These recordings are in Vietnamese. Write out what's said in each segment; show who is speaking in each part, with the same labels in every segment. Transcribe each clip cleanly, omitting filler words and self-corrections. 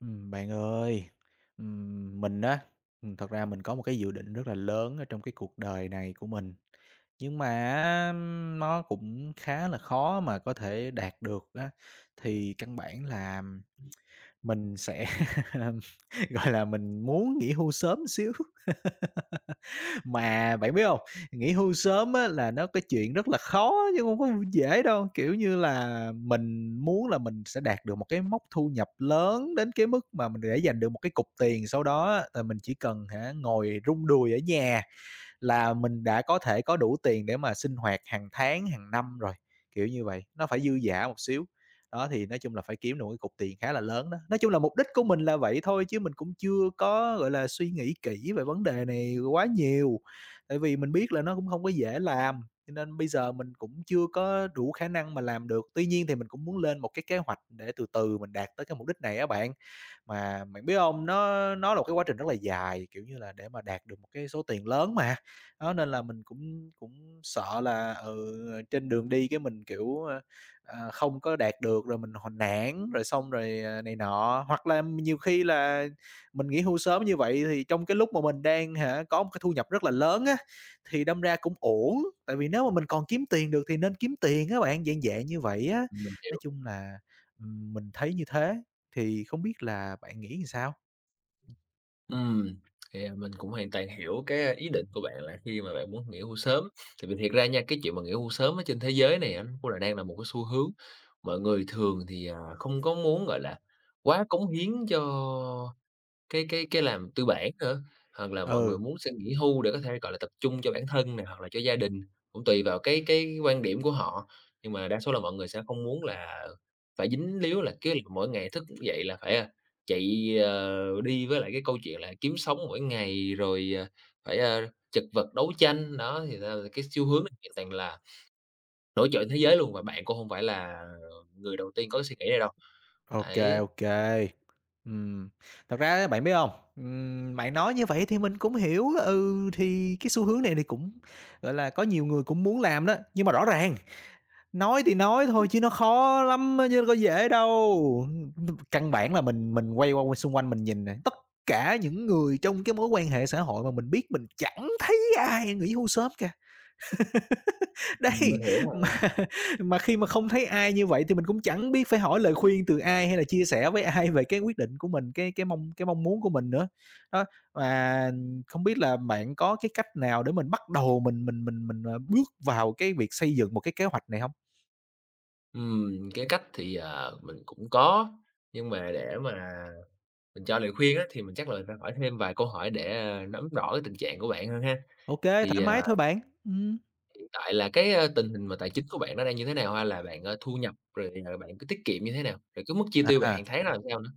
Speaker 1: Bạn ơi, mình á, thật ra mình có một cái dự định rất là lớn ở trong cái cuộc đời này của mình, nhưng mà nó cũng khá là khó mà có thể đạt được á. Thì căn bản là mình sẽ, gọi là, mình muốn nghỉ hưu sớm xíu. Mà bạn biết không, nghỉ hưu sớm á là nó cái chuyện rất là khó chứ không có dễ đâu. Kiểu như là, mình muốn là mình sẽ đạt được một cái mốc thu nhập lớn đến cái mức mà mình để dành được một cái cục tiền, sau đó á là mình chỉ cần hả, ngồi rung đùi ở nhà là mình đã có thể có đủ tiền để mà sinh hoạt hàng tháng, hàng năm rồi, kiểu như vậy, nó phải dư dả một xíu. Đó, thì nói chung là phải kiếm được một cái cục tiền khá là lớn đó. Nói chung là mục đích của mình là vậy thôi chứ mình cũng chưa có, gọi là, suy nghĩ kỹ về vấn đề này quá nhiều, tại vì mình biết là nó cũng không có dễ làm, cho nên bây giờ mình cũng chưa có đủ khả năng mà làm được. Tuy nhiên thì mình cũng muốn lên một cái kế hoạch để từ từ mình đạt tới cái mục đích này á bạn. Mà bạn biết hông? Nó là một cái quá trình rất là dài, kiểu như là, để mà đạt được một cái số tiền lớn mà. Đó, nên là mình cũng cũng sợ là, ừ, trên đường đi cái mình, kiểu, không có đạt được rồi mình h nản, rồi xong rồi, này nọ. Hoặc là nhiều khi là mình nghỉ hưu sớm như vậy thì trong cái lúc mà mình đang hả, có một cái thu nhập rất là lớn á, thì đâm ra cũng ổn, tại vì nếu mà mình còn kiếm tiền được thì nên kiếm tiền các bạn, dạng dạng như vậy á.
Speaker 2: Mình
Speaker 1: Nói
Speaker 2: hiểu.
Speaker 1: chung là, mình thấy như thế. Thì không biết là bạn nghĩ làm sao?
Speaker 2: Ừm, mình cũng hoàn toàn hiểu cái ý định của bạn là khi mà bạn muốn nghỉ hưu sớm. Thì vì thiệt ra nha, cái chuyện mà nghỉ hưu sớm ở trên thế giới này á, nó cũng là đang là một cái xu hướng. Mọi người thường thì, không có muốn, gọi là, quá cống hiến cho cái làm tư bản nữa, hoặc là mọi người
Speaker 1: Ừ,
Speaker 2: muốn sẽ nghỉ hưu để có thể, gọi là, tập trung cho bản thân này hoặc là cho gia đình, cũng tùy vào cái quan điểm của họ. Nhưng mà đa số là mọi người sẽ không muốn là phải dính líu là cứ mỗi ngày thức dậy là phải, chạy, ờ, đi với lại cái câu chuyện là kiếm sống mỗi ngày, rồi, phải, ờ, chật vật đấu tranh. Đó, thì ra là cái xu hướng nó ngày càng là nổi trội thế giới luôn, và bạn cũng không phải là người đầu tiên có cái suy nghĩ này đâu.
Speaker 1: ok,
Speaker 2: Đấy.
Speaker 1: ok. Ừm, thật ra á, bạn biết không? Bạn nói như vậy thì mình cũng hiểu, ừ, thì cái xu hướng này thì cũng, gọi là, có nhiều người cũng muốn làm đó. Nhưng mà rõ ràng, nói thì nói thôi chứ nó khó lắm á, chứ nó có dễ đâu. Căn bản là mình quay qua xung quanh mình nhìn nè, tất cả những người trong cái mối quan hệ xã hội mà mình biết mình chẳng thấy ai nghỉ hưu sớm cả. Đấy,
Speaker 2: Mình hiểu mà.
Speaker 1: mà mà khi mà không thấy ai như vậy thì mình cũng chẳng biết phải hỏi lời khuyên từ ai hay là chia sẻ với ai về cái quyết định của mình, cái mong cái mong muốn của mình nữa. Đó, và không biết là bạn có cái cách nào để mình bắt đầu mình bước vào cái việc xây dựng một cái kế hoạch này hông?
Speaker 2: Cái cách thì, mình cũng có, nhưng mà để mà mình cho lời khuyên á, thì mình chắc là mình phải hỏi thêm vài câu hỏi để, nắm rõ cái tình trạng của bạn hơn ha.
Speaker 1: Ô kê,
Speaker 2: Thì,
Speaker 1: thoải
Speaker 2: Ừm.
Speaker 1: mái
Speaker 2: à,
Speaker 1: thôi bạn. Ừm.
Speaker 2: Hiện tại là cái, tình hình mà tài chính của bạn nó đang như thế nào ha? Là bạn, thu nhập rồi, bạn cứ tiết kiệm như thế nào? Rồi cái mức chi tiêu bạn hàng
Speaker 1: À.
Speaker 2: tháng nó làm sao nữa?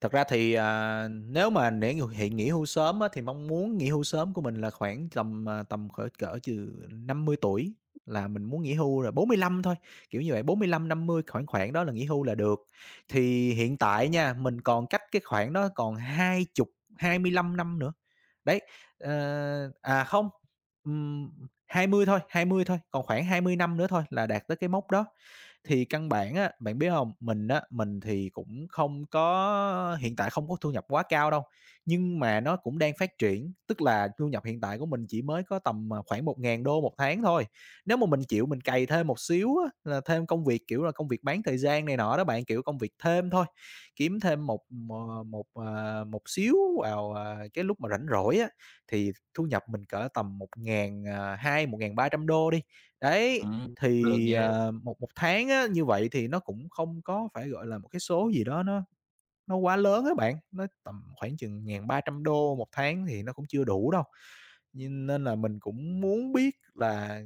Speaker 1: Thật ra thì, à, nếu mà để ng hiện nghỉ hưu sớm á, thì mong muốn nghỉ hưu sớm của mình là khoảng tầm, à, tầm cỡ cỡ từ 50 tuổi là mình muốn nghỉ hưu rồi, 45 thôi, kiểu như vậy, 45 50 khoảng khoảng đó là nghỉ hưu là được. Thì hiện tại nha, mình còn cách cái khoảng đó còn 20 25 năm nữa. Đấy, ờ, à, không, Um, 20 thôi, 20 thôi, còn khoảng 20 năm nữa thôi là đạt tới cái mốc đó. Thì căn bản á, bạn biết không mình á, mình thì cũng không có hiện tại không có thu nhập quá cao đâu, nhưng mà nó cũng đang phát triển, tức là thu nhập hiện tại của mình chỉ mới có tầm, à, khoảng 1000 đô một tháng thôi. Nếu mà mình chịu mình cày thêm một xíu á, là thêm công việc, kiểu là, công việc bán thời gian này nọ đó bạn, kiểu, công việc thêm thôi, kiếm thêm một, một xíu vào, à, cái lúc mà rảnh rỗi á, thì thu nhập mình cỡ tầm một một ngàn à, hai 1300 đô đi. Đấy,
Speaker 2: Được
Speaker 1: thì,
Speaker 2: nha.
Speaker 1: một một tháng á, như vậy thì nó cũng không có phải, gọi là, một cái số gì đó nó quá lớn á bạn, nó tầm khoảng chừng 1300 đô một tháng thì nó cũng chưa đủ đâu. Nhưng nên là mình cũng muốn biết là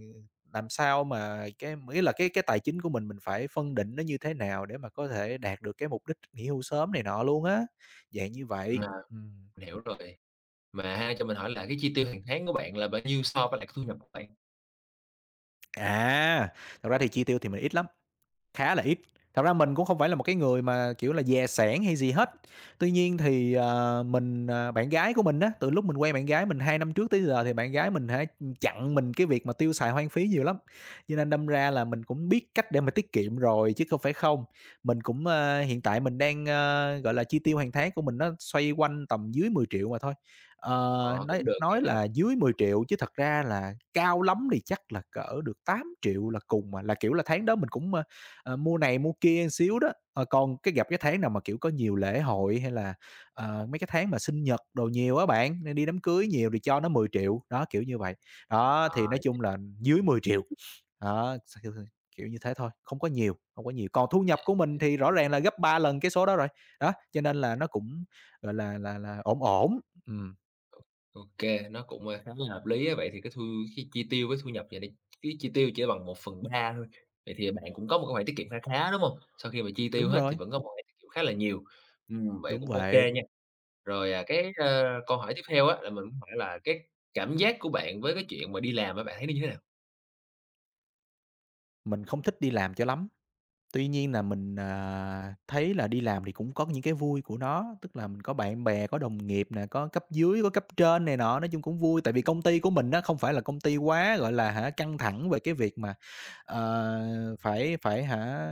Speaker 1: làm sao mà cái m là cái tài chính của mình phải phân định nó như thế nào để mà có thể đạt được cái mục đích nghỉ hưu sớm này nọ luôn á, dạng như
Speaker 2: Ừm.
Speaker 1: vậy.
Speaker 2: à,
Speaker 1: Ừm.
Speaker 2: mình hiểu rồi. Mà ha, cho mình hỏi là cái chi tiêu hàng tháng của bạn là bao nhiêu so với lại cái thu nhập của bạn?
Speaker 1: À, thật ra thì chi tiêu thì mình ít lắm. Khá là ít. Thật ra mình cũng không phải là một cái người mà, kiểu là, dè sẻn hay gì hết. Tuy nhiên thì, mình, ờ bạn gái của mình á, từ lúc mình quen bạn gái mình 2 năm trước tới giờ thì bạn gái mình hả, chặn mình cái việc mà tiêu xài hoang phí nhiều lắm. Cho nên đâm ra là mình cũng biết cách để mà tiết kiệm rồi chứ không phải không. Mình cũng, ơ hiện tại mình đang, ơ, gọi là, chi tiêu hàng tháng của mình nó xoay quanh tầm dưới 10 triệu mà thôi. Ờ,
Speaker 2: Ờ,
Speaker 1: nói
Speaker 2: cũng được
Speaker 1: nói
Speaker 2: nha.
Speaker 1: là dưới 10 triệu chứ thật ra là cao lắm thì chắc là cỡ được 8 triệu là cùng à, là, kiểu là, tháng đó mình cũng, ờ, Ờ, mua này mua kia một xíu đó. Ờ, còn cái gặp cái tháng nào mà, kiểu, có nhiều lễ hội hay là, mấy cái tháng mà sinh nhật đồ nhiều á bạn, nên đi đám cưới nhiều thì cho nó 10 triệu đó, kiểu như vậy. Đó, thì
Speaker 2: Ờ.
Speaker 1: nói chung là dưới 10 triệu đó, kiểu kiểu như thế thôi, không có nhiều, không có nhiều. Còn thu nhập của mình thì rõ ràng là gấp 3 lần cái số đó rồi, đó, cho nên là nó cũng, gọi là, ổn ổn. Ừm,
Speaker 2: OK, nó cũng, khá là hợp lý á. Vậy thì cái thu Cái chi tiêu với thu nhập vậy đi, cái chi tiêu chỉ bằng một phần ba thôi, vậy thì bạn cũng có một cái khoản tiết kiệm kha khá, đúng không? Sau khi mà chi tiêu
Speaker 1: đúng
Speaker 2: hết thì
Speaker 1: rồi,
Speaker 2: vẫn có một khoản tiết kiệm khá là nhiều, vậy
Speaker 1: đúng
Speaker 2: cũng OK
Speaker 1: vậy,
Speaker 2: nha. Rồi, cái, câu hỏi tiếp theo á là mình muốn hỏi là cái cảm giác của bạn với cái chuyện mà đi làm á, bạn thấy nó như thế nào?
Speaker 1: mình không thích đi làm cho lắm. Tuy nhiên là mình, à, thấy là đi làm thì cũng có những cái vui của nó, tức là mình có bạn bè, có đồng nghiệp nè, có cấp dưới, có cấp trên này nọ, nói chung cũng vui. Tại vì công ty của mình nó không phải là công ty quá, gọi là hả, căng thẳng về cái việc mà, ờ, phải phải hả,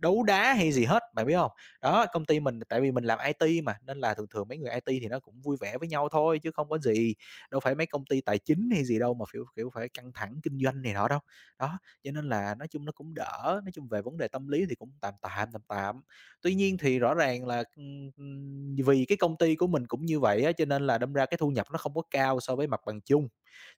Speaker 1: đấu đá hay gì hết, bạn biết không. Đó, công ty mình tại vì mình làm IT mà, nên là thường thường mấy người IT thì nó cũng vui vẻ với nhau thôi chứ không có gì, đâu phải mấy công ty tài chính hay gì đâu mà, kiểu kiểu, phải căng thẳng kinh doanh này nọ đâu. Đó. Cho nên là nói chung nó cũng đỡ, nói chung về vấn đề tâm lý thì cũng tạm tạm, tạm tạm. Tuy nhiên thì rõ ràng là, vì cái công ty của mình cũng như vậy á, cho nên là đâm ra cái thu nhập nó không có cao so với mặt bằng chung.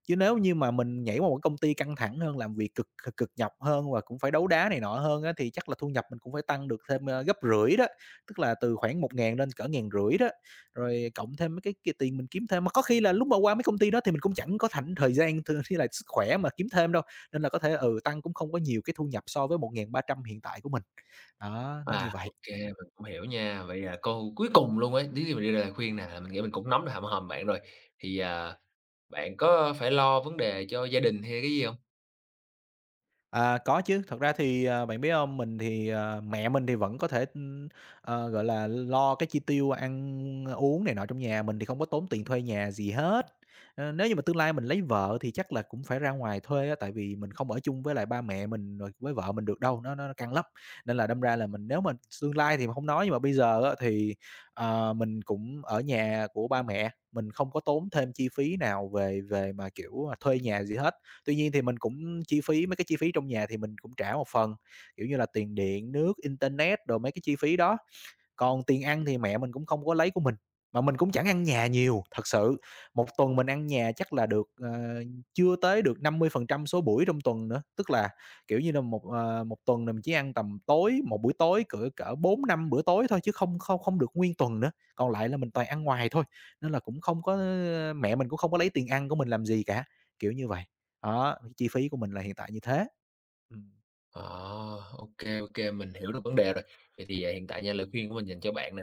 Speaker 1: Chứ nếu như mà mình nhảy qua một công ty căng thẳng hơn, làm việc cực cực cực nhọc hơn và cũng phải đấu đá này nọ hơn á, thì chắc là thu nhập mình cũng phải tăng được thêm, gấp rưỡi đó, tức là từ khoảng một ngàn lên cỡ ngàn rưỡi đó, rồi cộng thêm mấy cái kia tiền mình kiếm thêm. Mà có khi là lúc mà qua mấy công ty đó thì mình cũng chẳng có thảnh thời gian t với lại sức khỏe mà kiếm thêm đâu, nên là có thể, ừ, tăng cũng không có nhiều cái thu nhập so với 1300 hiện tại của mình. Đó, nó như
Speaker 2: À,
Speaker 1: vậy.
Speaker 2: OK, mình cũng hiểu nha. Vậy, câu cuối cùng luôn ấy, nếu như mình đưa ra lời khuyên nè, mình nghĩ mình cũng nắm được hầm hòm bạn rồi, thì, bạn có phải lo vấn đề cho gia đình hay cái gì không?
Speaker 1: À, có chứ, thật ra thì, à, bạn biết hông? Mình thì, à mẹ mình thì vẫn có thể, gọi là, lo cái chi tiêu ăn uống này nọ trong nhà, mình thì không có tốn tiền thuê nhà gì hết. Ờ, nếu như mà tương lai mình lấy vợ thì chắc là cũng phải ra ngoài thuê á, tại vì mình không ở chung với lại ba mẹ mình rồi với vợ mình được đâu, nó căng lắm. Nên là đâm ra là mình nếu mà tương lai thì mình hông nói, nhưng mà bây giờ á thì, mình cũng ở nhà của ba mẹ, mình không có tốn thêm chi phí nào về về mà, kiểu, thuê nhà gì hết. Tuy nhiên thì mình cũng chi phí mấy cái chi phí trong nhà thì mình cũng trả một phần, kiểu như là, tiền điện, nước, internet, đồ mấy cái chi phí đó. Còn tiền ăn thì mẹ mình cũng không có lấy của mình, mà mình cũng chẳng ăn nhà nhiều, thật sự. Một tuần mình ăn nhà chắc là được, chưa tới được 50% số buổi trong tuần nữa. Tức là, kiểu như là, một tuần là mình chỉ ăn tầm tối, một buổi tối cỡ cỡ bốn năm bữa tối thôi chứ không không không được nguyên tuần nữa, còn lại là mình toàn ăn ngoài thôi, nên là cũng không có mẹ mình cũng không có lấy tiền ăn của mình làm gì cả, kiểu như vậy. Đó, chi phí của mình là hiện tại như thế. Ừm.
Speaker 2: À, ô kê, mình hiểu được vấn đề rồi. Vậy thì, hiện tại nha, lời khuyên của mình dành cho bạn nè,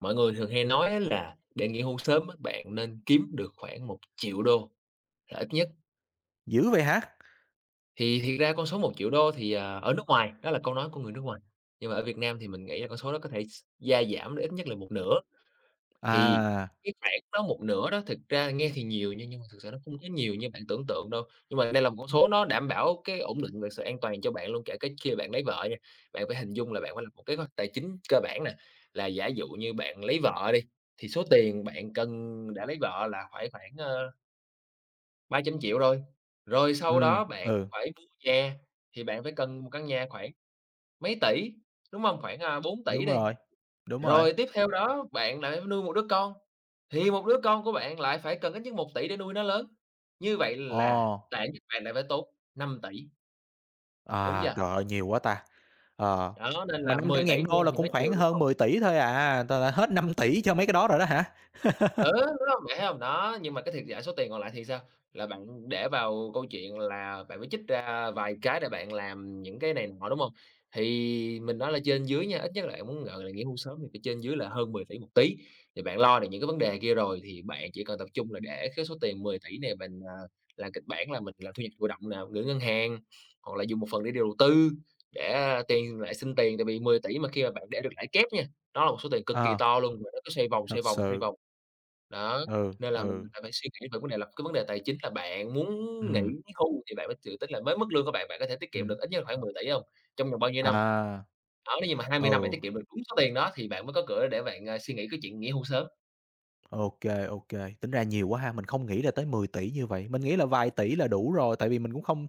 Speaker 2: mọi người thường hay nói á là để nghỉ hưu sớm á, bạn nên kiếm được khoảng $1.000.000 là ít nhất.
Speaker 1: Dữ vậy hả?
Speaker 2: Thì thiệt ra con số $1.000.000 thì, ở nước ngoài, đó là câu nói của người nước ngoài, nhưng mà ở Việt Nam thì mình nghĩ là con số đó có thể s gia giảm đến ít nhất là một nửa. Thì
Speaker 1: À,
Speaker 2: cái khoản đó một nửa đó thực ra nghe thì nhiều nha, nhưng mà thực sự nó không có nhiều như bạn tưởng tượng đâu. Nhưng mà đây là một con số nó đảm bảo cái ổn định và sự an toàn cho bạn luôn, kể cả khi bạn lấy vợ nha. Bạn phải hình dung là bạn phải làm một kế hoạch tài chính cơ bản nè, là giả dụ như bạn lấy vợ đi, thì số tiền bạn cần đã lấy vợ là phải khoảng, 300.000.000 rồi. Rồi sau
Speaker 1: ừ,
Speaker 2: đó bạn
Speaker 1: ừ.
Speaker 2: phải mua nhà, thì bạn phải cần một căn nhà khoảng mấy tỷ, đúng không? Khoảng, 4 000
Speaker 1: Đúng
Speaker 2: đi.
Speaker 1: rồi, đúng rồi.
Speaker 2: Rồi tiếp theo đó bạn lại nuôi một đứa con, thì một đứa con của bạn lại phải cần ít nhất 1 tỷ để nuôi nó lớn, như vậy là
Speaker 1: Ồ,
Speaker 2: bạn bạn lại phải tốn 5 tỷ, đúng
Speaker 1: à,
Speaker 2: chưa?
Speaker 1: trời ơi, nhiều quá ta! Ờ,
Speaker 2: Đó, nên
Speaker 1: mà
Speaker 2: là
Speaker 1: năm trăm
Speaker 2: 10 tỷ
Speaker 1: ngàn
Speaker 2: nghe
Speaker 1: đô là
Speaker 2: thì nó
Speaker 1: cũng khoảng
Speaker 2: nhiều, đúng
Speaker 1: hơn
Speaker 2: hông?
Speaker 1: 10 tỷ thôi à, là hết 5 tỷ cho mấy cái đó rồi đó hả?
Speaker 2: Ừ, đúng hông? Bạn thấy hông? Đó, nhưng mà cái thiệt giả số tiền còn lại thì sao? Là bạn để vào câu chuyện là bạn phải trích ra vài cái để bạn làm những cái này nọ, đúng hông? Thì mình nói là trên dưới nha, ít nhất là bạn muốn, gọi là, nghỉ hưu sớm thì phải trên dưới là hơn 10 tỷ một tí, thì bạn lo được những cái vấn đề kia rồi thì bạn chỉ cần tập trung là để cái số tiền 10 tỷ này mình, làm kịch bản là mình làm thu nhập thụ động nè, gửi ngân hàng, hoặc là dùng một phần để đầu tư, để, tiền lại sinh tiền, tại vì 10 tỷ mà khi mà bạn để được lãi kép nha, đó là một số tiền cực kỳ
Speaker 1: Ờ,
Speaker 2: to luôn, và nó cứ xoay vòng, xoay
Speaker 1: thật
Speaker 2: vòng, xoay
Speaker 1: sự,
Speaker 2: vòng. Đó,
Speaker 1: ừ,
Speaker 2: nên là mình
Speaker 1: ừ,
Speaker 2: lại phải suy nghĩ về vấn đề là cái vấn đề tài chính là bạn muốn nghỉ
Speaker 1: ừm,
Speaker 2: hưu thì bạn phải dự tính là với mức lương của bạn, bạn có thể tiết kiệm được
Speaker 1: ừm,
Speaker 2: ít nhất khoảng 10 tỷ 000 hông? Trong vòng bao nhiêu năm?
Speaker 1: à,
Speaker 2: Đó, nếu như mà 20 năm bạn tiết
Speaker 1: ừ,
Speaker 2: kiệm được đúng số tiền đó thì bạn mới có cửa để bạn, suy nghĩ cái chuyện nghỉ hưu sớm.
Speaker 1: ô kê, tính ra nhiều quá ha, mình không nghĩ là tới 10 tỷ như vậy, mình nghĩ là vài tỷ là đủ rồi, tại vì mình cũng không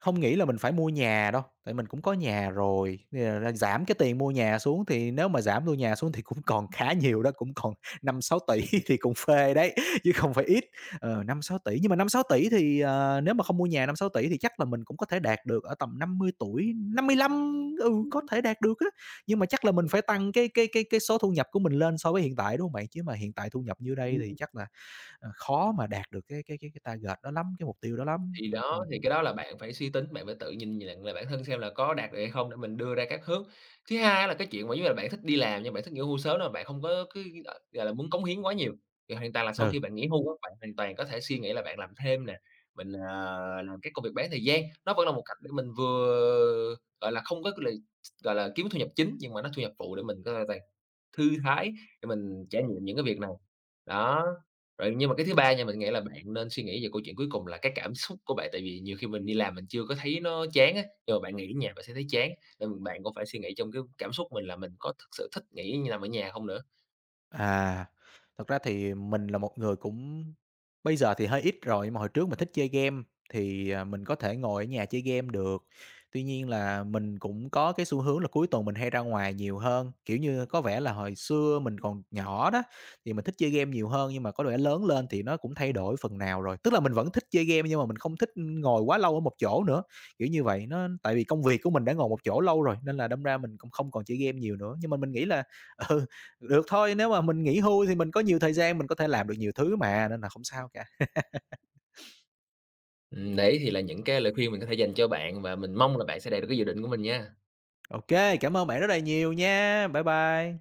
Speaker 1: Không nghĩ là mình phải mua nhà đâu, tại mình cũng có nhà rồi, nên là ra giảm cái tiền mua nhà xuống thì nếu mà giảm mua nhà xuống thì cũng còn khá nhiều đó, cũng còn năm sáu tỷ thì cũng phê đấy, chứ không phải ít. Ờ, 5.000.000 nhưng mà năm sáu tỷ thì, nếu mà không mua nhà năm sáu tỷ thì chắc là mình cũng có thể đạt được ở tầm 50 tuổi, 55, ừ, có thể đạt được á. Nhưng mà chắc là mình phải tăng cái số thu nhập của mình lên so với hiện tại, đúng không bạn? Chứ mà hiện tại thu nhập như đây
Speaker 2: Ừm.
Speaker 1: thì chắc là, khó mà đạt được cái target đó lắm, cái mục tiêu đó lắm.
Speaker 2: Thì đó,
Speaker 1: Ừm,
Speaker 2: thì cái đó là bạn phải suy tính, bạn phải tự nhìn nhận lại bản thân xem là có đạt được hay không để mình đưa ra các hướng. Thứ hai là cái chuyện mà giống như là bạn thích đi làm nhưng bạn thích nghỉ hưu sớm nên bạn không có cứ, gọi là, muốn cống hiến quá nhiều. Thì hoàn toàn là sau
Speaker 1: ừ.
Speaker 2: khi bạn nghỉ hưu á, bạn hoàn toàn có thể suy nghĩ là bạn làm thêm nè, mình, làm cái công việc bán thời gian, nó vẫn là một cách để mình vừa, gọi là, không có cái lì gọi là, kiếm thu nhập chính nhưng mà nó thu nhập phụ để mình có thể thư thái để mình trải nghiệm những cái việc này. Đó, rồi nhưng mà cái thứ ba nha, mình nghĩ là bạn nên suy nghĩ về câu chuyện cuối cùng là cái cảm xúc của bạn, tại vì nhiều khi mình đi làm mình chưa có thấy nó chán á, nhưng mà bạn nghỉ ở nhà bạn sẽ thấy chán, nên bạn cũng phải suy nghĩ trong cái cảm xúc mình là mình có thực sự thích nghỉ như làm ở nhà không nữa.
Speaker 1: À, thật ra thì mình là một người cũng bây giờ thì hơi ít rồi, nhưng mà hồi trước mình thích chơi game thì, mình có thể ngồi ở nhà chơi game được. Tuy nhiên là mình cũng có cái xu hướng là cuối tuần mình hay ra ngoài nhiều hơn, kiểu như, có vẻ là hồi xưa mình còn nhỏ đó, thì mình thích chơi game nhiều hơn, nhưng mà có vẻ lớn lên thì nó cũng thay đổi phần nào rồi. Tức là mình vẫn thích chơi game nhưng mà mình không thích ngồi quá lâu ở một chỗ nữa, kiểu như vậy. Nó tại vì công việc của mình đã ngồi một chỗ lâu rồi, nên là đâm ra mình cũng không còn chơi game nhiều nữa. Nhưng mà mình nghĩ là ừ, được thôi, nếu mà mình nghỉ hưu thì mình có nhiều thời gian, mình có thể làm được nhiều thứ mà, nên là không sao cả.
Speaker 2: Đấy thì là những cái lời khuyên mình có thể dành cho bạn và mình mong là bạn sẽ đạt được cái dự định của mình nha.
Speaker 1: OK, cảm ơn bạn rất là nhiều nha. Bye bye.